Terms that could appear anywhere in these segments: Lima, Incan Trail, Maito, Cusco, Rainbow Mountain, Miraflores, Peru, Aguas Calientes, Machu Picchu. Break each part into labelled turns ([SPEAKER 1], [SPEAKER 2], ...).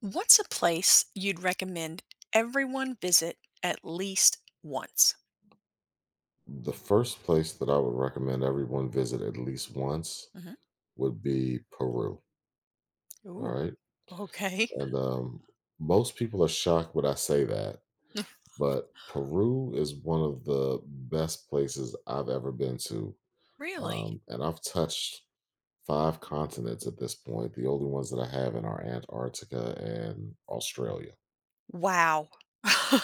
[SPEAKER 1] What's a place you'd recommend everyone visit at least once?
[SPEAKER 2] The first place that I would recommend everyone visit at least once
[SPEAKER 1] hmm
[SPEAKER 2] would be Peru. All
[SPEAKER 1] Ooh,
[SPEAKER 2] right.
[SPEAKER 1] okay.
[SPEAKER 2] And most people are shocked when I say that, but Peru is one of the best places I've ever been to.
[SPEAKER 1] Really?
[SPEAKER 2] And I've touched five continents at this point. The only ones that I haven't are Antarctica and Australia.
[SPEAKER 1] Wow. I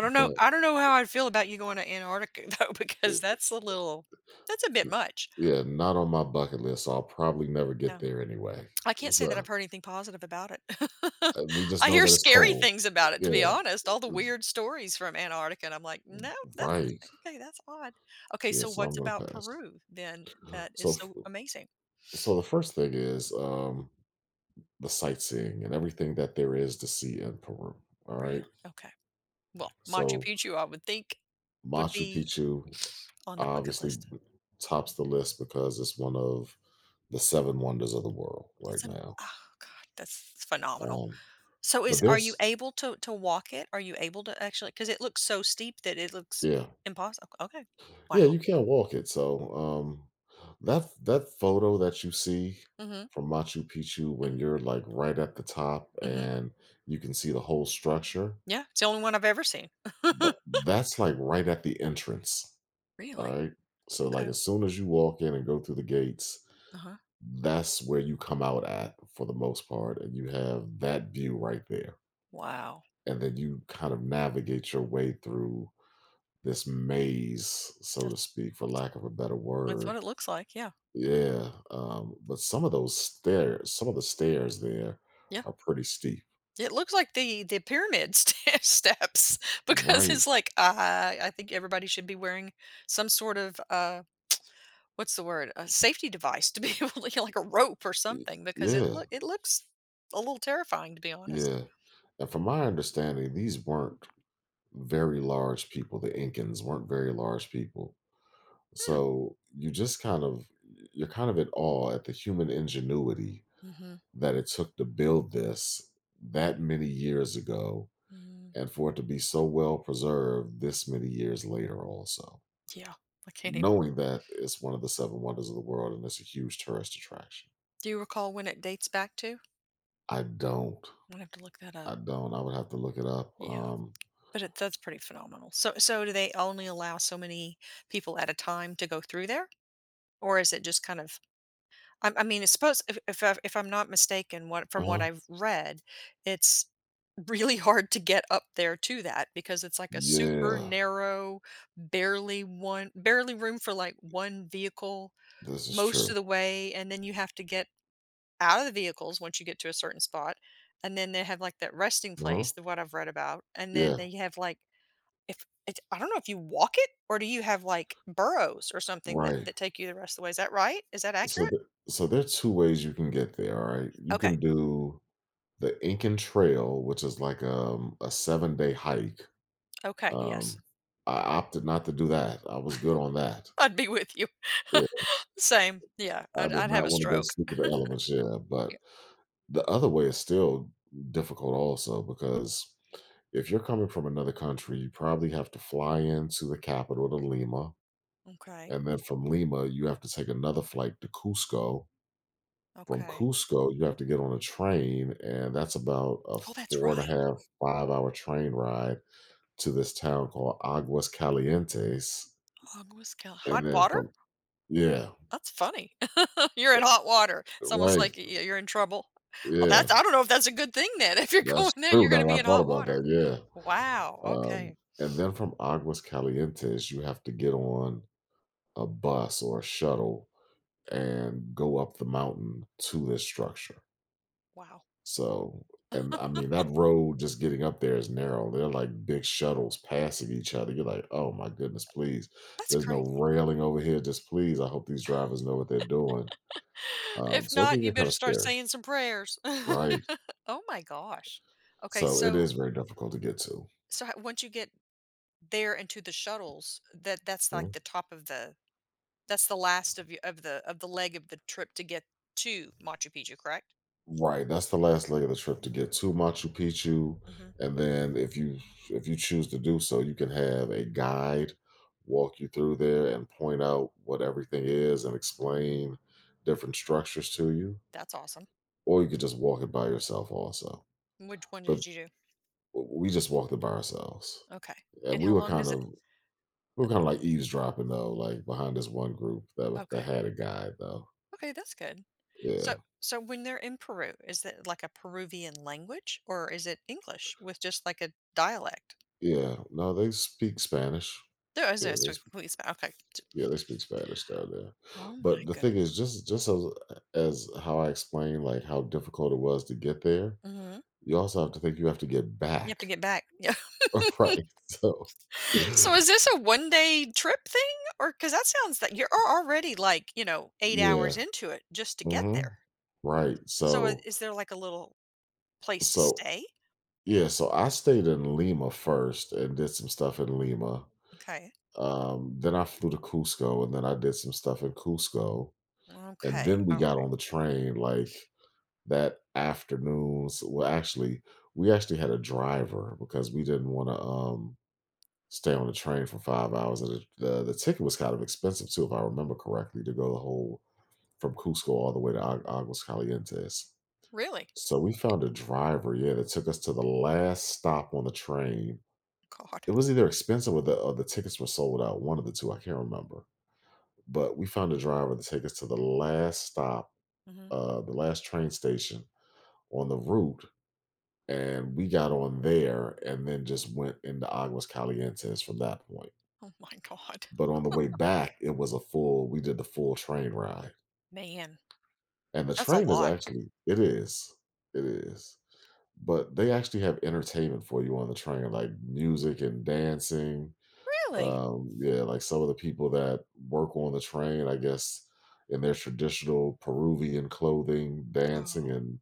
[SPEAKER 2] But
[SPEAKER 1] I don't know how I'd feel about you going to Antarctica though,
[SPEAKER 2] uh,
[SPEAKER 1] because that's a bit much.
[SPEAKER 2] yeah, not on my bucket list. So I'll probably never get
[SPEAKER 1] No.
[SPEAKER 2] there anyway.
[SPEAKER 1] I can't say that I've
[SPEAKER 2] So
[SPEAKER 1] heard anything positive about it.
[SPEAKER 2] Uh, we just
[SPEAKER 1] I
[SPEAKER 2] know
[SPEAKER 1] hear
[SPEAKER 2] that it's
[SPEAKER 1] scary
[SPEAKER 2] cold.
[SPEAKER 1] things about it, to
[SPEAKER 2] Yeah.
[SPEAKER 1] be honest. All the
[SPEAKER 2] It's-
[SPEAKER 1] weird stories from Antarctica, and I'm like, no,
[SPEAKER 2] Right.
[SPEAKER 1] That's odd. Okay,
[SPEAKER 2] Yeah,
[SPEAKER 1] so
[SPEAKER 2] so I'm
[SPEAKER 1] what's
[SPEAKER 2] gonna
[SPEAKER 1] about
[SPEAKER 2] pass.
[SPEAKER 1] Peru then that is
[SPEAKER 2] So f-
[SPEAKER 1] so amazing?
[SPEAKER 2] so the first thing is the sightseeing and everything that there is to see in Peru. All right.
[SPEAKER 1] Really? Okay. Well, Machu
[SPEAKER 2] So
[SPEAKER 1] Picchu, I would think would
[SPEAKER 2] Machu
[SPEAKER 1] be
[SPEAKER 2] Picchu
[SPEAKER 1] on the bucket
[SPEAKER 2] obviously
[SPEAKER 1] list.
[SPEAKER 2] tops the list because it's one of the seven wonders of the world
[SPEAKER 1] It's
[SPEAKER 2] right
[SPEAKER 1] an
[SPEAKER 2] now.
[SPEAKER 1] oh god, that's phenomenal.
[SPEAKER 2] Um
[SPEAKER 1] So is
[SPEAKER 2] but
[SPEAKER 1] are you
[SPEAKER 2] there's
[SPEAKER 1] able to walk it? Are you able to actually cuz it looks so steep that it looks
[SPEAKER 2] yeah,
[SPEAKER 1] impossible. Okay.
[SPEAKER 2] Yeah,
[SPEAKER 1] Wow.
[SPEAKER 2] you can't walk it. So that photo that you see
[SPEAKER 1] Mhm.
[SPEAKER 2] from Machu Picchu when
[SPEAKER 1] Mhm.
[SPEAKER 2] you're like right at the top
[SPEAKER 1] Mhm.
[SPEAKER 2] and you can see the whole structure,
[SPEAKER 1] Yeah, it's the only one I've ever seen.
[SPEAKER 2] that's like right at the entrance. All
[SPEAKER 1] Really?
[SPEAKER 2] right. So like
[SPEAKER 1] Okay.
[SPEAKER 2] as soon as you walk in and go through the gates,
[SPEAKER 1] Uh-huh.
[SPEAKER 2] that's where you come out at for the most part, and you have that view right there.
[SPEAKER 1] Wow.
[SPEAKER 2] And then you kind of navigate your way through this maze, so
[SPEAKER 1] That's
[SPEAKER 2] to speak, for lack of a better
[SPEAKER 1] that's what
[SPEAKER 2] word.
[SPEAKER 1] it looks like. Yeah.
[SPEAKER 2] Yeah, but some of the stairs there
[SPEAKER 1] Yeah.
[SPEAKER 2] are pretty steep.
[SPEAKER 1] It looks like the pyramid ste steps because it's
[SPEAKER 2] Right.
[SPEAKER 1] like, I think everybody should be wearing some sort of, what's the word? A safety device to be able to like a rope or
[SPEAKER 2] Y
[SPEAKER 1] something because
[SPEAKER 2] yeah,
[SPEAKER 1] it looks a little terrifying to be honest.
[SPEAKER 2] yeah, and from my understanding, these weren't very large people, the Incans weren't very large people,
[SPEAKER 1] Hmm.
[SPEAKER 2] so you're kind of in awe at the human ingenuity
[SPEAKER 1] Mhm.
[SPEAKER 2] that it took to build this that many years ago
[SPEAKER 1] Mhm.
[SPEAKER 2] and for it to be so well preserved this many years later also.
[SPEAKER 1] Yeah. I can't even
[SPEAKER 2] Knowing that it's one of the seven wonders of the world and it's a huge tourist attraction.
[SPEAKER 1] Do you recall when it dates back to? I'm
[SPEAKER 2] I don't.
[SPEAKER 1] gonna have to look that up.
[SPEAKER 2] I don't. I would have to look it up.
[SPEAKER 1] Yeah. But it that's pretty phenomenal. So do they only allow so many people at a time to go through there? Or is it just I mean, it's supposed if I if I'm not mistaken, what from what
[SPEAKER 2] Uh,
[SPEAKER 1] I've read, it's really hard to get up there to that because it's like a super
[SPEAKER 2] yeah,
[SPEAKER 1] narrow, barely room for, like, one vehicle
[SPEAKER 2] this is
[SPEAKER 1] most
[SPEAKER 2] true.
[SPEAKER 1] of the way, and then you have to get out of the vehicles once you get to a certain spot, and then they have, like, that resting
[SPEAKER 2] Uh-huh.
[SPEAKER 1] place, the what I've read about, and then
[SPEAKER 2] Yeah,
[SPEAKER 1] they have, like if it's I don't know if you walk it, or do you have, like, burrows or something that
[SPEAKER 2] right.
[SPEAKER 1] take you the rest of the way? Is that right? Is that
[SPEAKER 2] So,
[SPEAKER 1] accurate?
[SPEAKER 2] th- so there are two ways you can get there. All right, you
[SPEAKER 1] Okay.
[SPEAKER 2] can do the Incan Trail, which is like a 7-day hike.
[SPEAKER 1] Okay, yes.
[SPEAKER 2] Um, I
[SPEAKER 1] I'd
[SPEAKER 2] opted not to do that. I was good on that.
[SPEAKER 1] I'd be with you.
[SPEAKER 2] Yeah,
[SPEAKER 1] Same. Yeah,
[SPEAKER 2] I
[SPEAKER 1] I'd
[SPEAKER 2] did
[SPEAKER 1] I'd have
[SPEAKER 2] not
[SPEAKER 1] a
[SPEAKER 2] want to go
[SPEAKER 1] stroke.
[SPEAKER 2] sleep with the elements. Yeah,
[SPEAKER 1] Yeah.
[SPEAKER 2] but the other way is still difficult also, because if you're coming from another country, you probably have to fly into the capital, to Lima.
[SPEAKER 1] Okay.
[SPEAKER 2] And then from Lima, you have to take another flight to Cusco. From
[SPEAKER 1] Okay.
[SPEAKER 2] Cusco, you have to get on a train, and that's about a
[SPEAKER 1] Oh, that's
[SPEAKER 2] four and a
[SPEAKER 1] right.
[SPEAKER 2] half, 5-hour train ride to this town called Aguas Calientes.
[SPEAKER 1] Aguas cal
[SPEAKER 2] And
[SPEAKER 1] hot
[SPEAKER 2] then
[SPEAKER 1] water?
[SPEAKER 2] from, yeah,
[SPEAKER 1] That's funny. You're in hot water. It's almost
[SPEAKER 2] right.
[SPEAKER 1] like, yeah, you're in trouble. Well,
[SPEAKER 2] Yeah,
[SPEAKER 1] that's I don't know if that's a good thing then. If you're going
[SPEAKER 2] that's
[SPEAKER 1] there,
[SPEAKER 2] true.
[SPEAKER 1] you're
[SPEAKER 2] Now
[SPEAKER 1] gonna be
[SPEAKER 2] that I
[SPEAKER 1] in
[SPEAKER 2] thought
[SPEAKER 1] hot
[SPEAKER 2] about
[SPEAKER 1] water.
[SPEAKER 2] that, yeah.
[SPEAKER 1] Wow, okay.
[SPEAKER 2] And then from Aguas Calientes, you have to get on a bus or a shuttle and go up the mountain to this structure.
[SPEAKER 1] Wow.
[SPEAKER 2] So, and I mean, that road just getting up there is narrow. They're like big shuttles passing each other. You're like, oh my goodness, please.
[SPEAKER 1] That's
[SPEAKER 2] There's no
[SPEAKER 1] crazy.
[SPEAKER 2] railing over here. Just please. I hope these drivers know what they're doing.
[SPEAKER 1] If
[SPEAKER 2] So it
[SPEAKER 1] not,
[SPEAKER 2] can
[SPEAKER 1] you
[SPEAKER 2] get kind
[SPEAKER 1] better
[SPEAKER 2] of
[SPEAKER 1] start
[SPEAKER 2] scary,
[SPEAKER 1] saying some prayers.
[SPEAKER 2] right?
[SPEAKER 1] Oh my gosh. Okay,
[SPEAKER 2] So it
[SPEAKER 1] so
[SPEAKER 2] is very difficult to get to.
[SPEAKER 1] so ho once you get there into the shuttles, that's like the top of the That's the last of y of the leg of the trip to get to Machu Picchu, correct?
[SPEAKER 2] Right, that's the last leg of the trip to get to Machu Picchu,
[SPEAKER 1] Mhm.
[SPEAKER 2] and then if you choose to do so, you can have a guide walk you through there and point out what everything is and explain different structures to you,
[SPEAKER 1] That's awesome.
[SPEAKER 2] or you could just walk it by yourself also.
[SPEAKER 1] Which one
[SPEAKER 2] But
[SPEAKER 1] did you do?
[SPEAKER 2] we just walked it by ourselves,
[SPEAKER 1] Okay.
[SPEAKER 2] and
[SPEAKER 1] And
[SPEAKER 2] we
[SPEAKER 1] how
[SPEAKER 2] were
[SPEAKER 1] long
[SPEAKER 2] kind
[SPEAKER 1] does it
[SPEAKER 2] of we
[SPEAKER 1] uh,
[SPEAKER 2] were kind of like eavesdropping though, like behind this one group that that
[SPEAKER 1] okay.
[SPEAKER 2] had a guide though.
[SPEAKER 1] Okay, that's good.
[SPEAKER 2] Yeah,
[SPEAKER 1] So when they're in Peru, is it like a Peruvian language, or is it English with just like a dialect?
[SPEAKER 2] yeah. No, they speak Spanish.
[SPEAKER 1] There is
[SPEAKER 2] Yeah,
[SPEAKER 1] a
[SPEAKER 2] they
[SPEAKER 1] so complete okay. T
[SPEAKER 2] Yeah, they speak Spanish down there.
[SPEAKER 1] Oh my
[SPEAKER 2] But the thing
[SPEAKER 1] goodness.
[SPEAKER 2] is, just as how I explained, like how difficult it was to get there,
[SPEAKER 1] Mhm.
[SPEAKER 2] you also have to think you have to get
[SPEAKER 1] You have to
[SPEAKER 2] back,
[SPEAKER 1] get back. Yeah.
[SPEAKER 2] right? So,
[SPEAKER 1] So is this a 1 day trip thing? Or because that sounds that you're al- already like, you know, eight
[SPEAKER 2] yeah,
[SPEAKER 1] hours into it just to get
[SPEAKER 2] hmm
[SPEAKER 1] there.
[SPEAKER 2] right.
[SPEAKER 1] So I-
[SPEAKER 2] So,
[SPEAKER 1] is there like a little place to
[SPEAKER 2] so
[SPEAKER 1] stay?
[SPEAKER 2] yeah, so I stayed in Lima first and did some stuff in Lima.
[SPEAKER 1] Okay.
[SPEAKER 2] Then I flew to Cusco, and then I did some stuff in Cusco, and
[SPEAKER 1] Okay.
[SPEAKER 2] then we
[SPEAKER 1] All right.
[SPEAKER 2] got on the train, like that afternoons. Well, actually, we actually had a driver because we didn't want to stay on the train for 5 hours, and the ticket was kind of expensive too, if I remember correctly, to go the whole from Cusco all the way to Aguas Calientes.
[SPEAKER 1] Really?
[SPEAKER 2] So we found a driver, yeah, that took us to the last stop on the train.
[SPEAKER 1] God.
[SPEAKER 2] It was either expensive or the tickets were sold out, one of the two. I can't remember, but we found a driver to take us to the last stop,
[SPEAKER 1] hmm
[SPEAKER 2] the last train station on the route. And we got on there and then just went into Aguas Calientes from that point.
[SPEAKER 1] Oh my God.
[SPEAKER 2] But on the way back, it was a full we did the full train ride.
[SPEAKER 1] Man,
[SPEAKER 2] And the
[SPEAKER 1] that's a
[SPEAKER 2] train is
[SPEAKER 1] lot.
[SPEAKER 2] actually, it is. It is. But they actually have entertainment for you on the train, like music and dancing.
[SPEAKER 1] Really?
[SPEAKER 2] Yeah, like some of the people that work on the train, I guess, in their traditional Peruvian clothing, dancing,
[SPEAKER 1] Oh,
[SPEAKER 2] and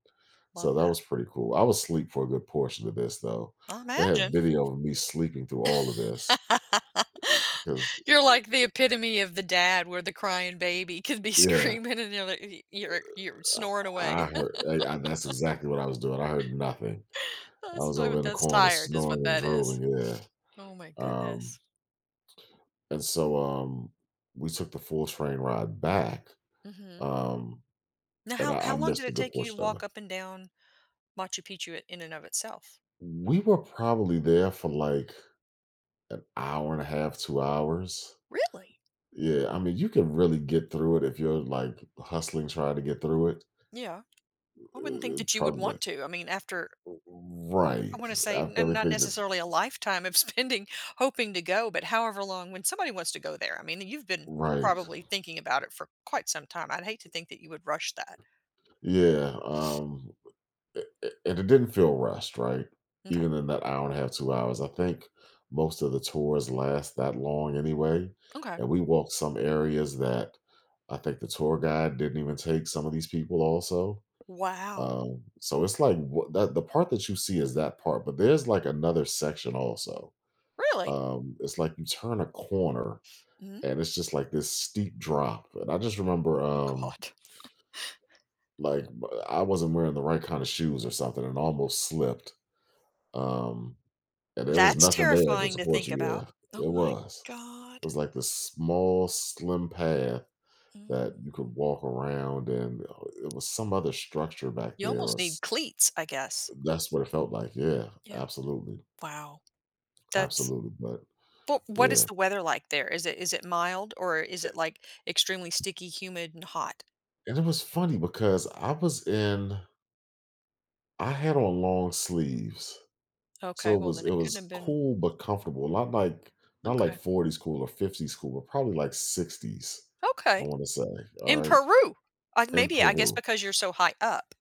[SPEAKER 2] so
[SPEAKER 1] love
[SPEAKER 2] that
[SPEAKER 1] that.
[SPEAKER 2] was pretty cool. I was asleep for a good portion of this, though.
[SPEAKER 1] I
[SPEAKER 2] They have
[SPEAKER 1] imagine.
[SPEAKER 2] video of me sleeping through all of this because,
[SPEAKER 1] You're like the epitome of the dad where the crying baby can be
[SPEAKER 2] yeah,
[SPEAKER 1] screaming and you're, you're snoring away.
[SPEAKER 2] I heard, that's exactly what I was doing. I heard nothing. I was over in the
[SPEAKER 1] That's
[SPEAKER 2] corner
[SPEAKER 1] tired is what
[SPEAKER 2] snoring and
[SPEAKER 1] that is.
[SPEAKER 2] drooling. Yeah.
[SPEAKER 1] Oh my
[SPEAKER 2] Um,
[SPEAKER 1] goodness.
[SPEAKER 2] and so we took the full train ride back,
[SPEAKER 1] Mhm.
[SPEAKER 2] um,
[SPEAKER 1] Now
[SPEAKER 2] and
[SPEAKER 1] how
[SPEAKER 2] I
[SPEAKER 1] how long did
[SPEAKER 2] missed a
[SPEAKER 1] it
[SPEAKER 2] good
[SPEAKER 1] take you to
[SPEAKER 2] portion of it.
[SPEAKER 1] walk up and down Machu Picchu I in and of itself?
[SPEAKER 2] We were probably there for like an hour and a half, 2 hours.
[SPEAKER 1] Really?
[SPEAKER 2] Yeah, I mean, you can really get through it if you're like hustling trying to get through it.
[SPEAKER 1] Yeah. I wouldn't think that you would
[SPEAKER 2] Probably
[SPEAKER 1] want
[SPEAKER 2] like,
[SPEAKER 1] to. I mean, after I
[SPEAKER 2] right
[SPEAKER 1] wanna say
[SPEAKER 2] after
[SPEAKER 1] n not
[SPEAKER 2] everything, that's
[SPEAKER 1] necessarily a lifetime of spending hoping to go, but however long when somebody wants to go there, I mean, you've been
[SPEAKER 2] right.
[SPEAKER 1] probably thinking about it for quite some time. I'd hate to think that you would rush that.
[SPEAKER 2] Yeah. And it didn't feel rushed, right?
[SPEAKER 1] Okay,
[SPEAKER 2] Even in that hour and a half, 2 hours. I think most of the tours last that long anyway.
[SPEAKER 1] Okay.
[SPEAKER 2] And we walked some areas that I think the tour guide didn't even take some of these people also.
[SPEAKER 1] Wow.
[SPEAKER 2] So it's like what that the part that you see is that part, but there's like another section also.
[SPEAKER 1] Really?
[SPEAKER 2] It's like you turn a corner
[SPEAKER 1] Mhm.
[SPEAKER 2] and it's just like this steep drop. And I just remember
[SPEAKER 1] Oh god.
[SPEAKER 2] like I wasn't wearing the right kind of shoes or something and almost slipped. Um, and there was
[SPEAKER 1] That's
[SPEAKER 2] nothing there to
[SPEAKER 1] terrifying to
[SPEAKER 2] support
[SPEAKER 1] think
[SPEAKER 2] you. Yeah,
[SPEAKER 1] about. Oh
[SPEAKER 2] it
[SPEAKER 1] my
[SPEAKER 2] was. It
[SPEAKER 1] god.
[SPEAKER 2] was like this small, slim path
[SPEAKER 1] Mm,
[SPEAKER 2] that
[SPEAKER 1] mm,
[SPEAKER 2] you could
[SPEAKER 1] mm.
[SPEAKER 2] walk around, and it was some other structure back
[SPEAKER 1] You
[SPEAKER 2] there,
[SPEAKER 1] almost need cleats, I guess.
[SPEAKER 2] that's what it felt like. Yeah,
[SPEAKER 1] Yeah.
[SPEAKER 2] absolutely.
[SPEAKER 1] Wow. That's
[SPEAKER 2] Absolutely, but
[SPEAKER 1] but what is
[SPEAKER 2] yeah.
[SPEAKER 1] the weather like there? Is it mild or is it like extremely sticky, humid, and hot?
[SPEAKER 2] And it was funny because I was in I had on long sleeves.
[SPEAKER 1] Okay,
[SPEAKER 2] So it
[SPEAKER 1] well
[SPEAKER 2] was
[SPEAKER 1] then
[SPEAKER 2] it
[SPEAKER 1] it couldn't have
[SPEAKER 2] was
[SPEAKER 1] been
[SPEAKER 2] cool but comfortable. Not like
[SPEAKER 1] okay.
[SPEAKER 2] 40s cool or 50s cool, but probably like 60s, I
[SPEAKER 1] Okay.
[SPEAKER 2] want to say. All
[SPEAKER 1] In
[SPEAKER 2] right.
[SPEAKER 1] Peru. Like
[SPEAKER 2] In
[SPEAKER 1] maybe I guess
[SPEAKER 2] Peru.
[SPEAKER 1] because you're so high up.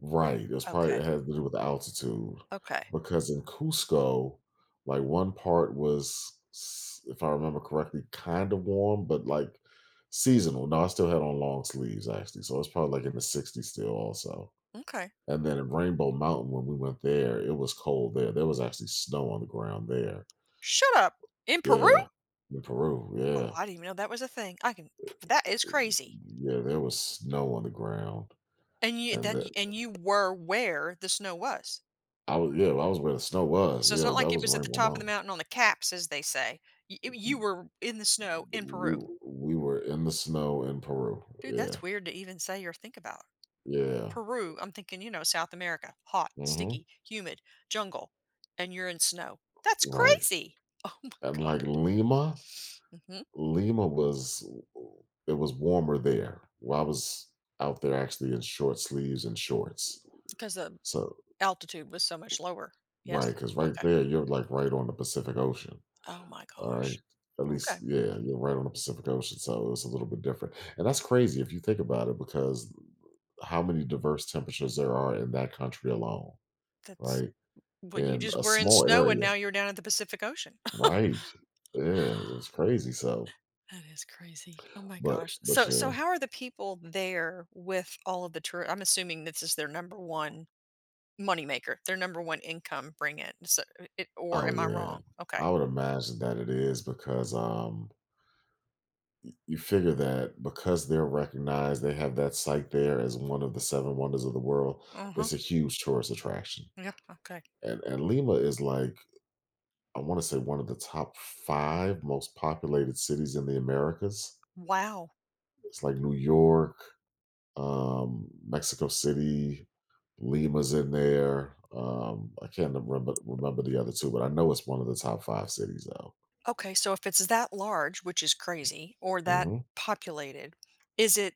[SPEAKER 2] Right, it was probably
[SPEAKER 1] Okay.
[SPEAKER 2] it has to do with the altitude,
[SPEAKER 1] Okay.
[SPEAKER 2] because in Cusco, like, one part was, s if I remember correctly, kind of warm, but, like, seasonal. No, I still had on long sleeves, actually, so it's probably, like, in the 60s still also.
[SPEAKER 1] Okay.
[SPEAKER 2] And then in Rainbow Mountain, when we went there, it was cold there. There was actually snow on the ground there.
[SPEAKER 1] Shut up. In Peru?
[SPEAKER 2] Yeah, in Peru,
[SPEAKER 1] Oh,
[SPEAKER 2] yeah.
[SPEAKER 1] I didn't even know that was a thing. I can that is crazy.
[SPEAKER 2] Yeah, there was snow on the ground,
[SPEAKER 1] And you
[SPEAKER 2] and
[SPEAKER 1] that y
[SPEAKER 2] the
[SPEAKER 1] and you were where the snow was.
[SPEAKER 2] I was yeah, I was where the snow was.
[SPEAKER 1] So it's
[SPEAKER 2] Yeah,
[SPEAKER 1] not
[SPEAKER 2] that
[SPEAKER 1] like it
[SPEAKER 2] was
[SPEAKER 1] was at the
[SPEAKER 2] Rainbow
[SPEAKER 1] top of the
[SPEAKER 2] Mountain.
[SPEAKER 1] mountain on the caps, as they say. You were in the snow in
[SPEAKER 2] We
[SPEAKER 1] Peru.
[SPEAKER 2] we were in the snow in Peru.
[SPEAKER 1] Dude, that's
[SPEAKER 2] Yeah.
[SPEAKER 1] weird to even say or think about.
[SPEAKER 2] Yeah.
[SPEAKER 1] Peru, I'm thinking, you know, South America, hot,
[SPEAKER 2] Mhm.
[SPEAKER 1] sticky, humid, jungle, and you're in snow. That's
[SPEAKER 2] Right.
[SPEAKER 1] crazy. Oh my
[SPEAKER 2] And
[SPEAKER 1] god.
[SPEAKER 2] like Lima,
[SPEAKER 1] hmm
[SPEAKER 2] Lima was it was warmer there. Well, I was out there actually in short sleeves and shorts.
[SPEAKER 1] Because the
[SPEAKER 2] So,
[SPEAKER 1] altitude was so much lower.
[SPEAKER 2] right,
[SPEAKER 1] Yes?
[SPEAKER 2] because right
[SPEAKER 1] Okay.
[SPEAKER 2] there, you're like right on the Pacific Ocean.
[SPEAKER 1] Oh my
[SPEAKER 2] All right.
[SPEAKER 1] gosh.
[SPEAKER 2] At least,
[SPEAKER 1] Okay.
[SPEAKER 2] yeah, you're right on the Pacific Ocean. So it's a little bit different. And that's crazy if you think about it, because how many diverse temperatures there are in that country alone,
[SPEAKER 1] That's
[SPEAKER 2] right?
[SPEAKER 1] well, you
[SPEAKER 2] In
[SPEAKER 1] just
[SPEAKER 2] a
[SPEAKER 1] were in
[SPEAKER 2] small
[SPEAKER 1] snow and now
[SPEAKER 2] area.
[SPEAKER 1] you're down at the Pacific Ocean.
[SPEAKER 2] Right. Yeah, it was crazy. So,
[SPEAKER 1] That is crazy. Oh my
[SPEAKER 2] but
[SPEAKER 1] gosh.
[SPEAKER 2] but
[SPEAKER 1] So
[SPEAKER 2] yeah.
[SPEAKER 1] how are the people there with all of the tour I'm assuming this is their number one moneymaker, their number one income bring in. So or
[SPEAKER 2] Oh
[SPEAKER 1] am I
[SPEAKER 2] yeah.
[SPEAKER 1] wrong? Okay.
[SPEAKER 2] I would imagine that it is because you figure that because they're recognized, they have that site there as one of the seven wonders of the world.
[SPEAKER 1] Uh-huh.
[SPEAKER 2] It's a huge tourist attraction.
[SPEAKER 1] Yeah. Okay.
[SPEAKER 2] And Lima is, like, I want to say one of the top 5 most populated cities in the Americas.
[SPEAKER 1] Wow.
[SPEAKER 2] It's like New York, Mexico City, Lima's in there. I can't remember the other two, but I know it's one of the top five cities though.
[SPEAKER 1] Okay. So if it's that large, which is crazy, or that
[SPEAKER 2] hmm
[SPEAKER 1] populated, is it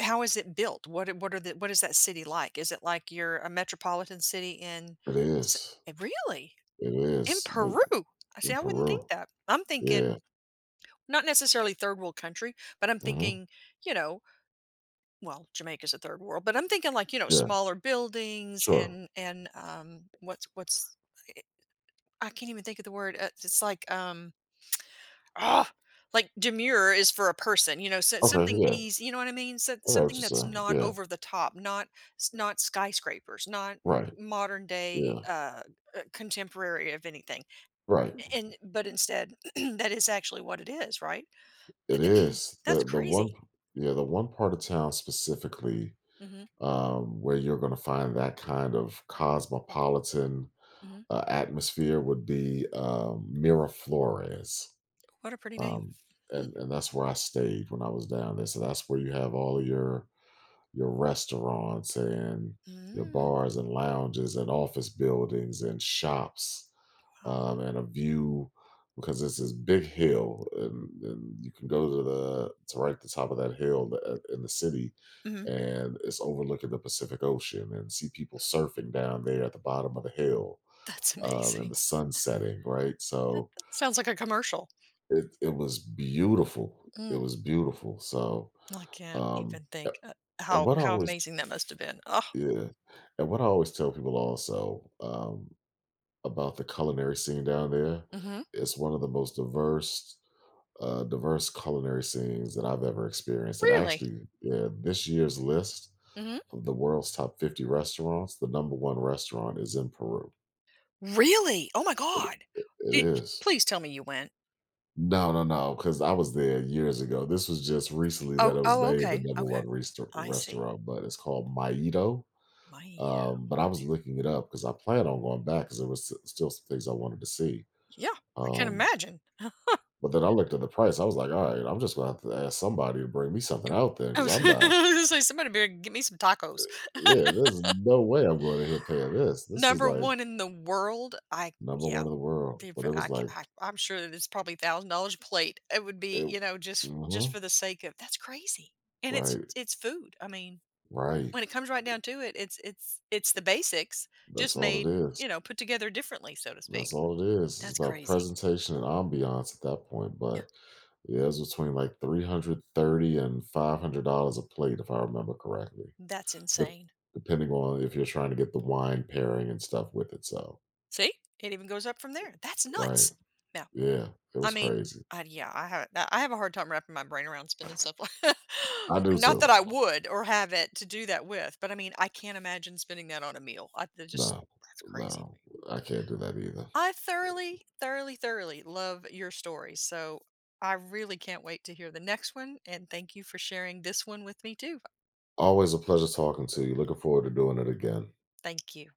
[SPEAKER 1] how is it built? What are the what is that city like? Is it like you're a metropolitan city in
[SPEAKER 2] It
[SPEAKER 1] S-
[SPEAKER 2] is.
[SPEAKER 1] really?
[SPEAKER 2] It
[SPEAKER 1] In
[SPEAKER 2] is the
[SPEAKER 1] Peru? I see
[SPEAKER 2] in
[SPEAKER 1] I wouldn't think
[SPEAKER 2] Peru.
[SPEAKER 1] that. I'm
[SPEAKER 2] Yeah.
[SPEAKER 1] thinking Not necessarily third world country, but I'm
[SPEAKER 2] Hmm.
[SPEAKER 1] thinking, you know, well, Jamaica's a third world, but I'm thinking like, you know,
[SPEAKER 2] Yeah.
[SPEAKER 1] smaller buildings
[SPEAKER 2] Sure.
[SPEAKER 1] and what's I I can't even think of the word. It's like oh, like demure is for a person, you know, so
[SPEAKER 2] Okay.
[SPEAKER 1] something
[SPEAKER 2] Yeah.
[SPEAKER 1] easy, you know what I mean? So,
[SPEAKER 2] I got what
[SPEAKER 1] something
[SPEAKER 2] you're
[SPEAKER 1] that's
[SPEAKER 2] saying.
[SPEAKER 1] not
[SPEAKER 2] Yeah.
[SPEAKER 1] over the top, not not skyscrapers, not m-
[SPEAKER 2] Right.
[SPEAKER 1] modern day
[SPEAKER 2] Yeah.
[SPEAKER 1] contemporary of anything.
[SPEAKER 2] Right.
[SPEAKER 1] And but instead that is actually what it is, right?
[SPEAKER 2] It is
[SPEAKER 1] That's
[SPEAKER 2] the one.
[SPEAKER 1] crazy.
[SPEAKER 2] Yeah, the one part of town specifically,
[SPEAKER 1] Mm-hmm.
[SPEAKER 2] where you're going to find that kind of cosmopolitan,
[SPEAKER 1] Mhm.
[SPEAKER 2] atmosphere would be, Miraflores.
[SPEAKER 1] What a pretty name.
[SPEAKER 2] um,
[SPEAKER 1] Hmm.
[SPEAKER 2] and that's where I stayed when I was down there. So that's where you have all of your restaurants and your
[SPEAKER 1] Mm,
[SPEAKER 2] bars and lounges and office buildings and shops,
[SPEAKER 1] wow.
[SPEAKER 2] and a view, because it's this big hill, and you can go to the to right at the top of that hill, in the city,
[SPEAKER 1] Mhm.
[SPEAKER 2] and it's overlooking the Pacific Ocean, and see people surfing down there at the bottom of the hill,
[SPEAKER 1] that's
[SPEAKER 2] and
[SPEAKER 1] amazing.
[SPEAKER 2] the sun setting right,
[SPEAKER 1] That
[SPEAKER 2] so
[SPEAKER 1] that sounds like a commercial.
[SPEAKER 2] it was beautiful. It
[SPEAKER 1] Mm,
[SPEAKER 2] was beautiful. So,
[SPEAKER 1] I can't even
[SPEAKER 2] a
[SPEAKER 1] think,
[SPEAKER 2] and what I
[SPEAKER 1] how
[SPEAKER 2] always
[SPEAKER 1] amazing that must have been. Oh,
[SPEAKER 2] yeah, and what I always tell people also, about the culinary scene down there,
[SPEAKER 1] mhm.
[SPEAKER 2] it's one of the most diverse culinary scenes that I've ever experienced. And
[SPEAKER 1] Really?
[SPEAKER 2] actually, yeah, this year's list
[SPEAKER 1] Mhm.
[SPEAKER 2] of the world's top 50 restaurants, the number 1 restaurant is in Peru.
[SPEAKER 1] Really? Oh my
[SPEAKER 2] It
[SPEAKER 1] god.
[SPEAKER 2] it
[SPEAKER 1] Did
[SPEAKER 2] is.
[SPEAKER 1] please tell me you went.
[SPEAKER 2] No, no, no, because I was there years ago. This was just recently
[SPEAKER 1] Oh
[SPEAKER 2] that it was
[SPEAKER 1] oh,
[SPEAKER 2] named the
[SPEAKER 1] okay,
[SPEAKER 2] number
[SPEAKER 1] okay.
[SPEAKER 2] one
[SPEAKER 1] I see.
[SPEAKER 2] restaurant, but it's called Maito.
[SPEAKER 1] My
[SPEAKER 2] But I was looking it up because I planned on going back because there was, still some things I wanted to see.
[SPEAKER 1] Yeah, I can
[SPEAKER 2] Um,
[SPEAKER 1] imagine.
[SPEAKER 2] but then I looked at the price. I was like, all right, I'm just going to have to ask somebody to bring me something
[SPEAKER 1] Mm
[SPEAKER 2] out there,
[SPEAKER 1] I
[SPEAKER 2] because
[SPEAKER 1] was
[SPEAKER 2] I'm
[SPEAKER 1] I was
[SPEAKER 2] not.
[SPEAKER 1] gonna say, somebody better get me some tacos.
[SPEAKER 2] Yeah, there's no way I'm going to here paying this. This was
[SPEAKER 1] Number
[SPEAKER 2] like
[SPEAKER 1] 1 in the world? I
[SPEAKER 2] number
[SPEAKER 1] yeah.
[SPEAKER 2] one in the world,
[SPEAKER 1] The
[SPEAKER 2] but
[SPEAKER 1] v
[SPEAKER 2] it
[SPEAKER 1] I
[SPEAKER 2] was
[SPEAKER 1] ca
[SPEAKER 2] like
[SPEAKER 1] I I'm sure that it's probably $1,000 a plate. It would be,
[SPEAKER 2] it.
[SPEAKER 1] you know, just
[SPEAKER 2] Mhm,
[SPEAKER 1] for the sake of that's crazy. And
[SPEAKER 2] right,
[SPEAKER 1] it's food. I mean,
[SPEAKER 2] right.
[SPEAKER 1] when it comes right down to it, it's it's the basics just
[SPEAKER 2] That's all it
[SPEAKER 1] made,
[SPEAKER 2] is.
[SPEAKER 1] you know, put together differently, so to
[SPEAKER 2] That's
[SPEAKER 1] speak.
[SPEAKER 2] all it is. It's
[SPEAKER 1] That's
[SPEAKER 2] about
[SPEAKER 1] crazy.
[SPEAKER 2] presentation and ambiance at that point.
[SPEAKER 1] Yeah.
[SPEAKER 2] But yeah, it was between like 330 and $500 a plate, if I remember correctly,
[SPEAKER 1] That's
[SPEAKER 2] dep
[SPEAKER 1] insane.
[SPEAKER 2] depending on if you're trying to get the wine pairing and stuff with it. So,
[SPEAKER 1] See? It even goes up from there. That's
[SPEAKER 2] right.
[SPEAKER 1] nuts. Now
[SPEAKER 2] Yeah, it
[SPEAKER 1] I
[SPEAKER 2] was
[SPEAKER 1] mean,
[SPEAKER 2] crazy.
[SPEAKER 1] yeah, I have that I have a hard time wrapping my brain around spending stuff like
[SPEAKER 2] I do
[SPEAKER 1] Not that I
[SPEAKER 2] too.
[SPEAKER 1] would or have it to do that with, but I mean, I can't imagine spending that on a meal. I that just
[SPEAKER 2] No,
[SPEAKER 1] that's crazy to
[SPEAKER 2] no,
[SPEAKER 1] me.
[SPEAKER 2] I can't do that either.
[SPEAKER 1] I thoroughly, thoroughly, thoroughly love your story. So I really can't wait to hear the next one. And thank you for sharing this one with me too.
[SPEAKER 2] Always a pleasure talking to you. Looking forward to doing it again.
[SPEAKER 1] Thank you.